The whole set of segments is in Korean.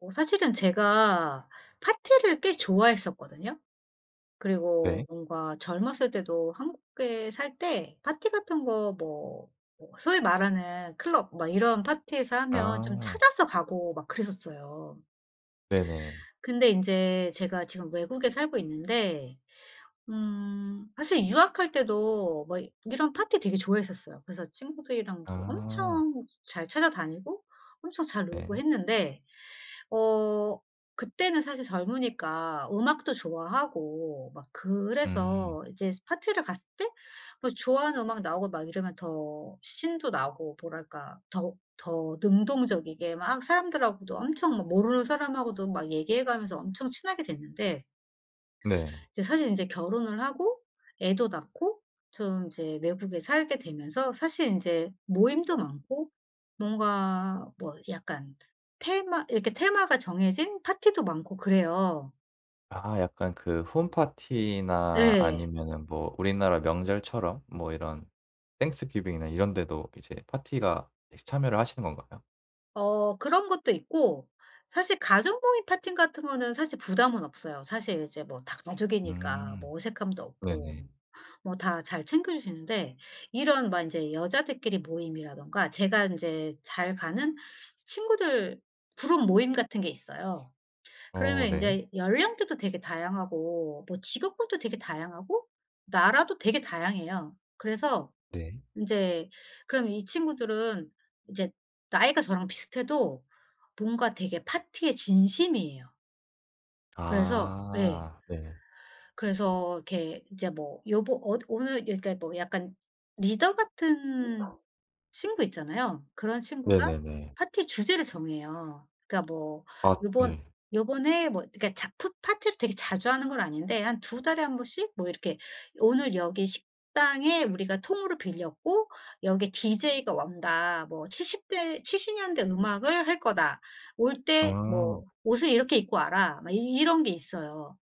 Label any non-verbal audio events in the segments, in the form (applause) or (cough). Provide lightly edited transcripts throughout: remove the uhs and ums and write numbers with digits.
사실은 제가 파티를 꽤 좋아했었거든요. 그리고 네. 뭔가 젊었을 때도 한국에 살 때 파티 같은 거 뭐 소위 말하는 클럽 막 이런 파티에서 하면 좀 아. 찾아서 가고 막 그랬었어요. 네네. 근데 인제 제가 지금 외국에 살고 있는데 사실 유학할 때도 뭐 이런 파티 되게 좋아했었어요. 그래서 친구들이랑도 아. 엄청 잘 찾아다니고 엄청 잘 놀고 네. 했는데, 어 그때는 사실 젊으니까 음악도 좋아하고 막 음. 그래서 이제 파티를 갔을 때 뭐 좋아하는 음악 나오고 막 이러면 더 신도 나고, 뭐랄까, 더 능동적이게 막 사람들하고도 엄청 막 모르는 사람하고도 막 얘기해 가면서 엄청 친하게 됐는데, 네. 이제 사실 이제 결혼을 하고 애도 낳고 좀 이제 외국에 살게 되면서 사실 인제 모임도 많고 뭔가 뭐 약간 테마, 이렇게 테마가 정해진 파티도 많고 그래요. 아, 약간 그 홈파티나 네. 아니면은 뭐 우리나라 명절처럼 뭐 이런 땡스기빙이나 이런 데도 이제 파티가 같이 참여를 하시는 건가요? 어, 그런 것도 있고 사실 가족 모임 파티 같은 거는 사실 부담은 없어요. 사실 이제 뭐 다 가족이니까 뭐 음. 어색함도 없고. 네네. 뭐 다 잘 챙겨 주시는데 이런 막 인제 여자들끼리 모임이라든가 제가 인제 잘 가는 친구들 그룹 모임 같은 게 있어요. 그러면 어, 네. 인제 연령대도 되게 다양하고 뭐 직업군도 되게 다양하고 나라도 되게 다양해요. 그래서 네. 인제 그럼 이 친구들은 이제 나이가 저랑 비슷해도 뭔가 되게 파티에 진심이에요. 그래서 예. 아. 네. 그래서 이렇게 이제 뭐 요번 어 오늘, 그러니까 뭐 약간 리더 같은 친구 있잖아요. 그런 친구가 네네네. 파티 주제를 정해요. 그러니까 뭐 아, 요번 네. 요번에 뭐 그러니까 파티를 되게 자주 하는 건 아닌데 한 두 달에 한 번씩 뭐 이렇게, "오늘 여기 식당에 우리가 통으로 빌렸고 여기 디제이가 온다. 뭐 70대 70년대 음악을 할 거다. 올 때 아. 뭐 옷을 이렇게 입고 와라." 막 이 이런 게 있어요.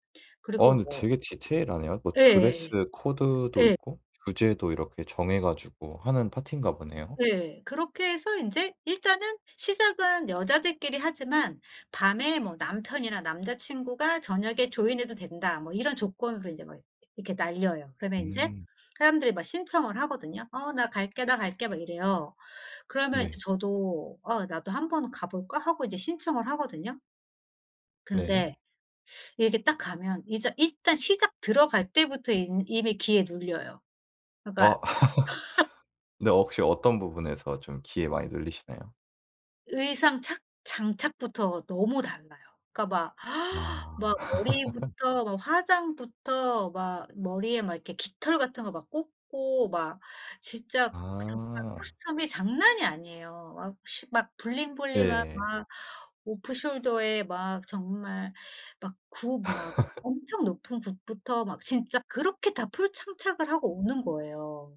어, 그리고 근데 뭐 되게 디테일하네요. 뭐 드레스 예. 코드도 예. 있고 주제도 이렇게 정해 가지고 하는 파티인가 보네요. 예. 그렇게 해서 인제 일단은 시작은 여자들끼리 하지만 밤에 뭐 남편이나 남자 친구가 "저녁에 조인해도 된다." 뭐 이런 조건으로 이제 막 이렇게 날려요. 그러면 인제 음. 사람들이 막 신청을 하거든요. "어, 나 갈게, 나 갈게." 막 이래요. 그러면 이제 네. 저도 '어, 나도 한번 가 볼까?' 하고 이제 신청을 하거든요. 네. 근데 이렇게 딱 가면 이제 일단 시작 들어갈 때부터 인 이미 기에 눌려요. 그러니까 어. (laughs) 근데 혹시 어떤 부분에서 좀 기에 많이 눌리시나요? 의상 착 장착부터 너무 달라요. 그러니까 막 (gasps) 막 아. 머리부터 막 화장부터 막 머리에 막 이렇게 깃털 같은 거 막 꽂고 막 진짜 그 정말 아. 코스튬이 장난이 아니에요. 막 시 막 블링블링한 예. 막 오프 숄더에 막 정말 막 굽 막 엄청 높은 굽부터 막 진짜 그렇게 다 풀 장착을 하고 오는 거예요.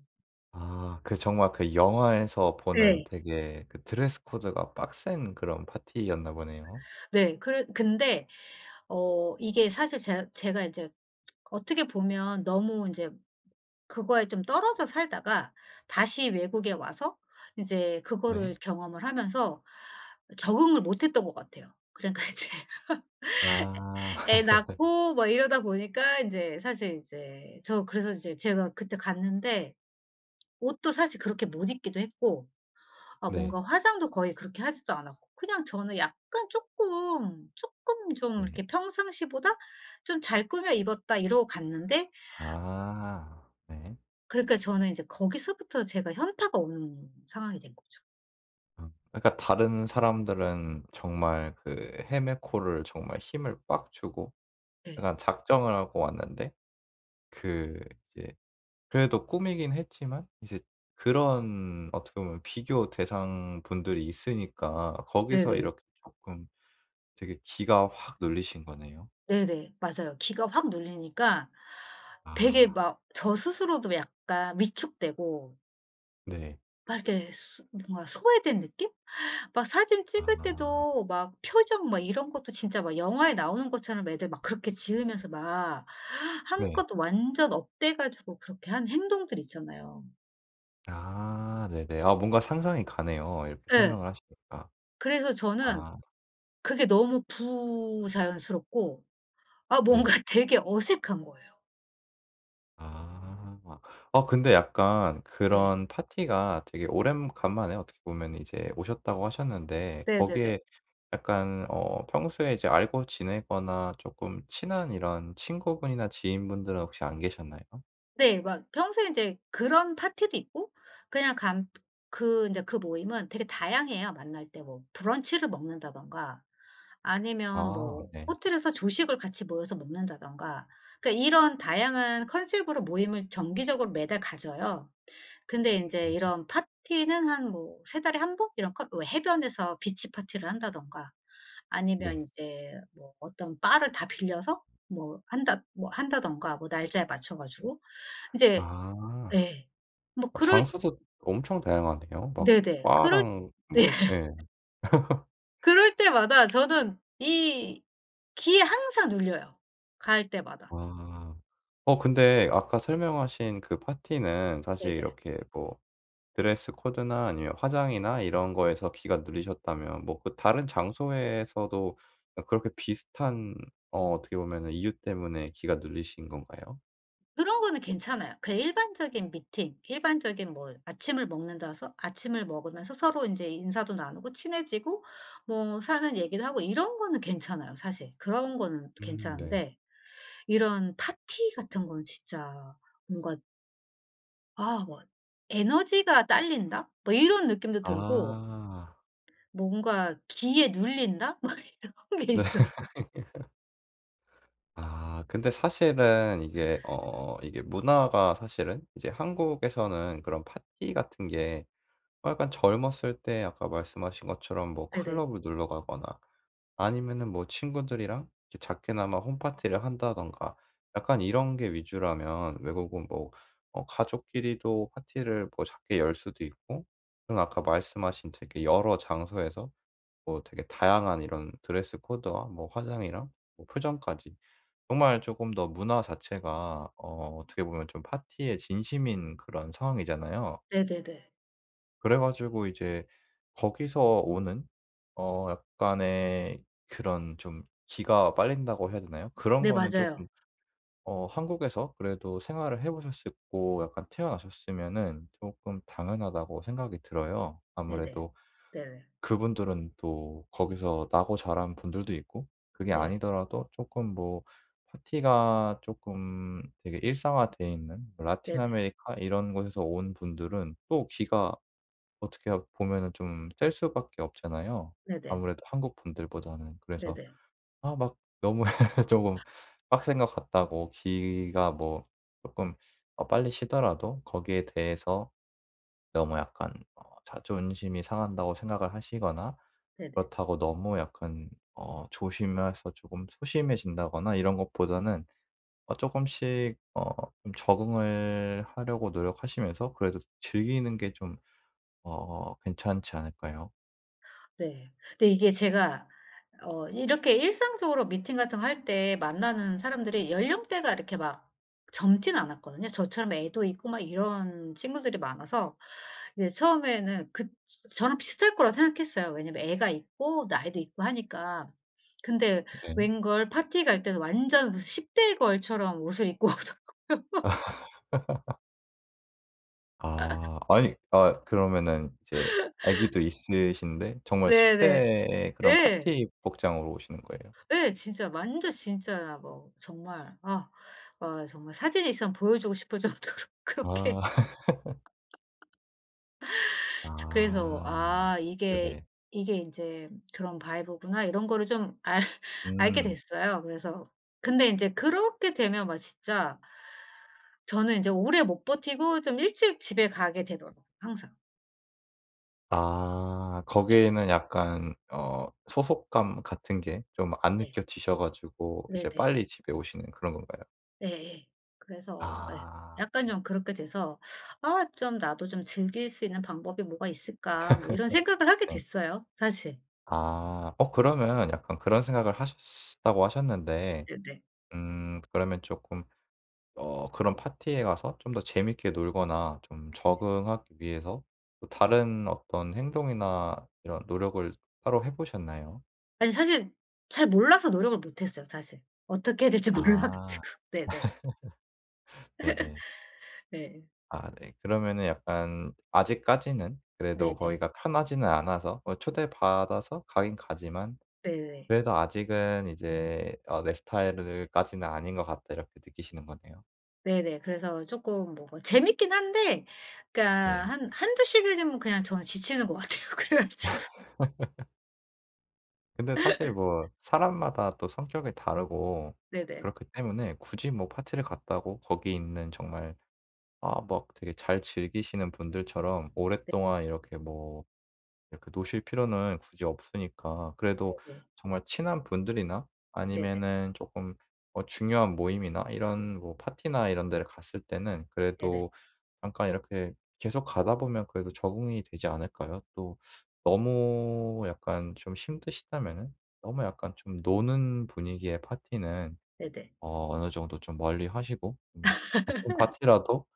아, 그 정말 그 영화에서 보는 네. 되게 그 드레스 코드가 빡센 그런 파티였나 보네요. 네. 그래. 근데 이게 사실 제 제가 이제 어떻게 보면 너무 이제 그거에 좀 떨어져 살다가 다시 외국에 와서 이제 네. 그거를 경험을 하면서 적응을 못했던 것 같아요. 그러니까 이제 아. (laughs) 애 (laughs) 낳고 뭐 이러다 보니까 이제 사실 이제 저, 그래서 이제 제가 그때 갔는데, 옷도 사실 그렇게 못 입기도 했고 네. 뭔가 화장도 거의 그렇게 하지도 않았고, 그냥 저는 약간 조금 좀 네. 이렇게 '평상시보다 좀 잘 꾸며 입었다.' 이러고 갔는데, 아. 네. 그러니까 저는 이제 거기서부터 제가 현타가 오는 상황이 된 거죠. 아, 그러니까 다른 사람들은 정말 그 헤메코를 정말 힘을 빡 주고 네. 약간 작정을 하고 왔는데, 그 이제 그래도 꿈이긴 했지만 이제 그런, 어떻게 보면 비교 대상분들이 있으니까 거기서 네네. 이렇게 조금 되게 기가 확 눌리신 거네요. 네네, 맞아요. 기가 확 눌리니까 되게 아 막 저 스스로도 약간 위축되고, 네. 막 이렇게 소 뭔가 소외된 느낌? 막 사진 찍을 아 때도 막 표정 막 이런 것도 진짜 막 영화에 나오는 것처럼 애들 막 그렇게 지으면서 막 네. 한껏 완전 업돼 가지고 그렇게 한 행동들 있잖아요. 아 네네. 아, 뭔가 상상이 가네요, 이렇게 예. 설명을 하시니까. 그래서 저는 아 그게 너무 부자연스럽고, 네. 뭔가 되게 어색한 거예요. 아. 어, 근데 약간 네. 그런 파티가 되게 오랜간만에 어떻게 보면 이제 오셨다고 하셨는데 네네네. 거기에 약간, 어, 평소에 이제 알고 지내거나 조금 친한 이런 친구분이나 지인분들은 혹시 안 계셨나요? 네. 막 평소에 인제 그런 파티도 있고 그냥 간 그 인제 그 모임은 되게 다양해요, 만날 때. 뭐 브런치를 먹는다든가 아니면 아 뭐 네. 호텔에서 조식을 같이 모여서 먹는다든가, 그러니까 이런 다양한 컨셉으로 모임을 정기적으로 매달 가져요. 근데 인제 음 이런 파티는 한 뭐 세 달에 한 번, 이런 컨 왜 해변에서 비치 파티를 한다든가, 아니면 이 네. 제 뭐 어떤 바를 다 빌려서 뭐 한다 뭐 한다든가, 뭐 날짜에 맞춰 가지고 이제, 아. 예. 뭐 어, 그럴 장소도 엄청 다양하네요. 막 네네. 그럴 바랑 네. 뭐 (laughs) 예. 그럴 때마다 저는 이 기에 항상 눌려요, 갈 때마다. 아. 어, 근데 아까 설명하신 그 파티는 사실 네네. 이렇게 뭐 드레스 코드나 아니면 화장이나 이런 거에서 기가 눌리셨다면, 뭐 그 다른 장소에서도 어, 그렇게 비슷한 어, 어떻게 보면은 이유 때문에 기가 눌리신 건가요? 그런 거는 괜찮아요. 그냥 일반적인 미팅, 일반적인 뭐 아침을 먹으면서 서로 인제 인사도 나누고 친해지고, 뭐 사는 얘기도 하고, 이런 거는 괜찮아요, 사실. 그런 거는 네. 괜찮은데 이런 파티 같은 건 진짜 뭔가 '아, 뭐 에너지가 딸린다.' 뭐 이런 느낌도 들고 아. 뭔가 '기에 눌린다.' (laughs) 뭐 이런 게 네. 있어. (laughs) 아, 근데 사실은 이게, 어, 이게 문화가 사실은 이제 한국에서는 그런 파티 같은 게 뭐 약간 젊었을 때 아까 말씀하신 것처럼 뭐 네네. 클럽을 놀러 가거나 아니면은 뭐 친구들이랑 이렇게 작게나마 홈파티를 한다든가 약간 이런 게 위주라면, 외국은 뭐 어, 가족끼리도 파티를 뭐 작게 열 수도 있고, 그리고 아까 말씀하신 되게 여러 장소에서 뭐 되게 다양한 이런 드레스 코드와 뭐 화장이랑 뭐 표정까지 정말 조금 더 문화 자체가 어, 어떻게 보면 좀 파티의 진심인 그런 상황이잖아요. 네네네. 그래 가지고 이제 거기서 오는 어, 약간의 그런 좀 기가 빨린다고 해야 되나요? 그런 네, 거는 맞아요. 조금, 어, 한국에서 그래도 생활을 해보셨고 약간 태어나셨으면은 조금 당연하다고 생각이 들어요. 네네. 아무래도 네네. 그분들은 또 거기서 나고 자란 분들도 있고 그게 네. 아니더라도 조금 뭐 파티가 조금 되게 일상화돼 있는 뭐 라틴 네네. 아메리카 이런 곳에서 온 분들은 또 기가 어떻게 하 보면은 좀 셀 수밖에 없잖아요, 네네. 아무래도 한국 분들보다는. 그래서 네네. 아 막 너무 (laughs) 조금 빡센 것 같다고 귀가 뭐 조금 어, 빨리 쉬더라도 거기에 대해서 너무 약간 어, 자존심이 상한다고 생각을 하시거나 네네. 그렇다고 너무 약간 어, 조심해서 조금 소심해진다거나 이런 것보다는 어금씩 어, 좀 적응을 하려고 노력하시면서 그래도 즐기는 게 좀 어, 괜찮지 않을까요? 네. 근데 이게 제가 이렇게 일상적으로 미팅 같은 거 할 때 만나는 사람들이 연령대가 이렇게 막 젊진 않았거든요. 저처럼 애도 있고 막 이런 친구들이 많아서 이제 처음에는 그 저랑 비슷할 거라고 생각했어요. 왜냐면 애가 있고 나이도 있고 하니까. 근데 네. 웬걸, 파티 갈 때는 완전 무슨 10대 걸처럼 옷을 입고 오더. (laughs) 아. 아니 아 그러면은 이제 아기도 있으신데 정말 10 네네. 대의 그런 예. 파티 복장으로 오시는 거예요? 예. 진짜 완전 진짜 뭐 정말 정말 사진이 있으면 보여주고 싶을 정도로 (laughs) 그렇게. 아. (laughs) 그래서 아. '아, 이게 네네. 이게 인제 그런 바이브구나.' 이런 거를 좀 알 (laughs) 알게 음. 됐어요. 그래서, 근데 인제 그렇게 되면 막 진짜 저는 인제 오래 못 버티고 좀 일찍 집에 가게 되더라고요, 항상. 아. 네. 거기에는 약간 어, 소속감 같은 게 좀 안 네. 느껴지셔 가지고 이제 네네. 빨리 집에 오시는 그런 건가요? 예예. 그래서, 예, 아. 약간 좀 그렇게 돼서 '아, 좀 나도 좀 즐길 수 있는 방법이 뭐가 있을까?' 뭐 이런 생각을 하게 네. 됐어요, 사실. 아. 어, 그러면 약간 그런 생각을 하셨다고 하셨는데, 네네. 음, 그러면 쪼끔 어, 그런 파티에 가서 좀 더 재밌게 놀거나 좀 적응하기 위해서 또 다른 어떤 행동이나 이런 노력을 따로 해 보셨나요? 아니, 사실 잘 몰라서 노력을 못 했어요, 사실. 어떻게 해야 될지 몰라 가지고. 아 (laughs) 네네. 네네. 네. 아 네. 그러면은 약간 아직까지는 그래도 네네. 거기가 편하지는 않아서 뭐 초대받아서 가긴 가지만 네네. 그래도 아직은 이제 어, '내 스타일까지는 아닌 것 같다.' 이렇게 느끼시는 거네요. 네네. 그래서 쪼끔 뭐 재밌긴 한데 그러니까 네. 한 한두 시간이면 그냥 저는 지치는 것 같아요. (laughs) 그래 가지고. 근데 사실 뭐 사람마다 또 성격이 다르고 네네. 그렇기 때문에 굳이 뭐 파티를 갔다고 거기 있는 정말 아 막 되게 잘 즐기시는 분들처럼 네. 오랫동안 이렇게 뭐 이렇게 노실 필요는 굳이 없으니까, 그래도 네네. 정말 친한 분들이나 네네. 아니면은 쪼끔 어, 중요한 모임이나 이런 뭐 파티나 이런 데를 갔을 때는 네네. 그래도 잠깐 이렇게 계속 가다 보면 그래도 적응이 되지 않을까요? 또 너무 약간 좀 힘드시다면은 너무 약간 좀 노는 분위기의 파티는 네네. 어, 어느 정도 좀 멀리하시고, 음, 같은 (laughs) 파티라도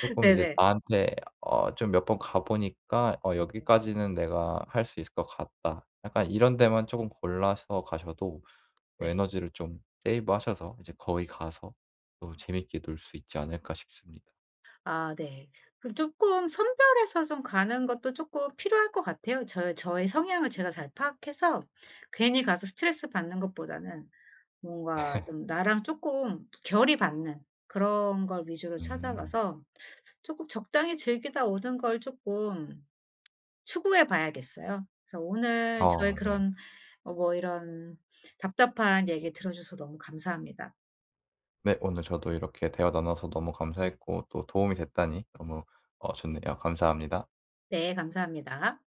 쪼끔 이제 네네. 나한테 어, 좀 몇 번 가 보니까 '어, 네. 여기까지는 내가 할 수 있을 것 같다.' 약간 이런 데만 쪼금 골라서 가셔도 어, 네. 에너지를 좀 세이브하셔서 이제 거기 가서 또 재밌게 놀 수 있지 않을까 싶습니다. 아 네. 그, 쪼끔 선별해서 좀 가는 것도 쪼끔 필요할 것 같아요. 저의 성향을 제가 잘 파악해서 괜히 가서 스트레스 받는 것보다는 뭔가 좀 나랑 조금 결이 받는 그런 걸 위주로 음. 찾아가서 조금 적당히 즐기다 오는 걸 조금 추구해 봐야겠어요. 그래서 오늘 저의 아 네. 그런 뭐 이런 답답한 얘기 들어 주셔서 너무 감사합니다. 네, 오늘 저도 이렇게 대화 나눠서 너무 감사했고 또 도움이 됐다니 너무 어, 좋네요. 감사합니다. 네, 감사합니다.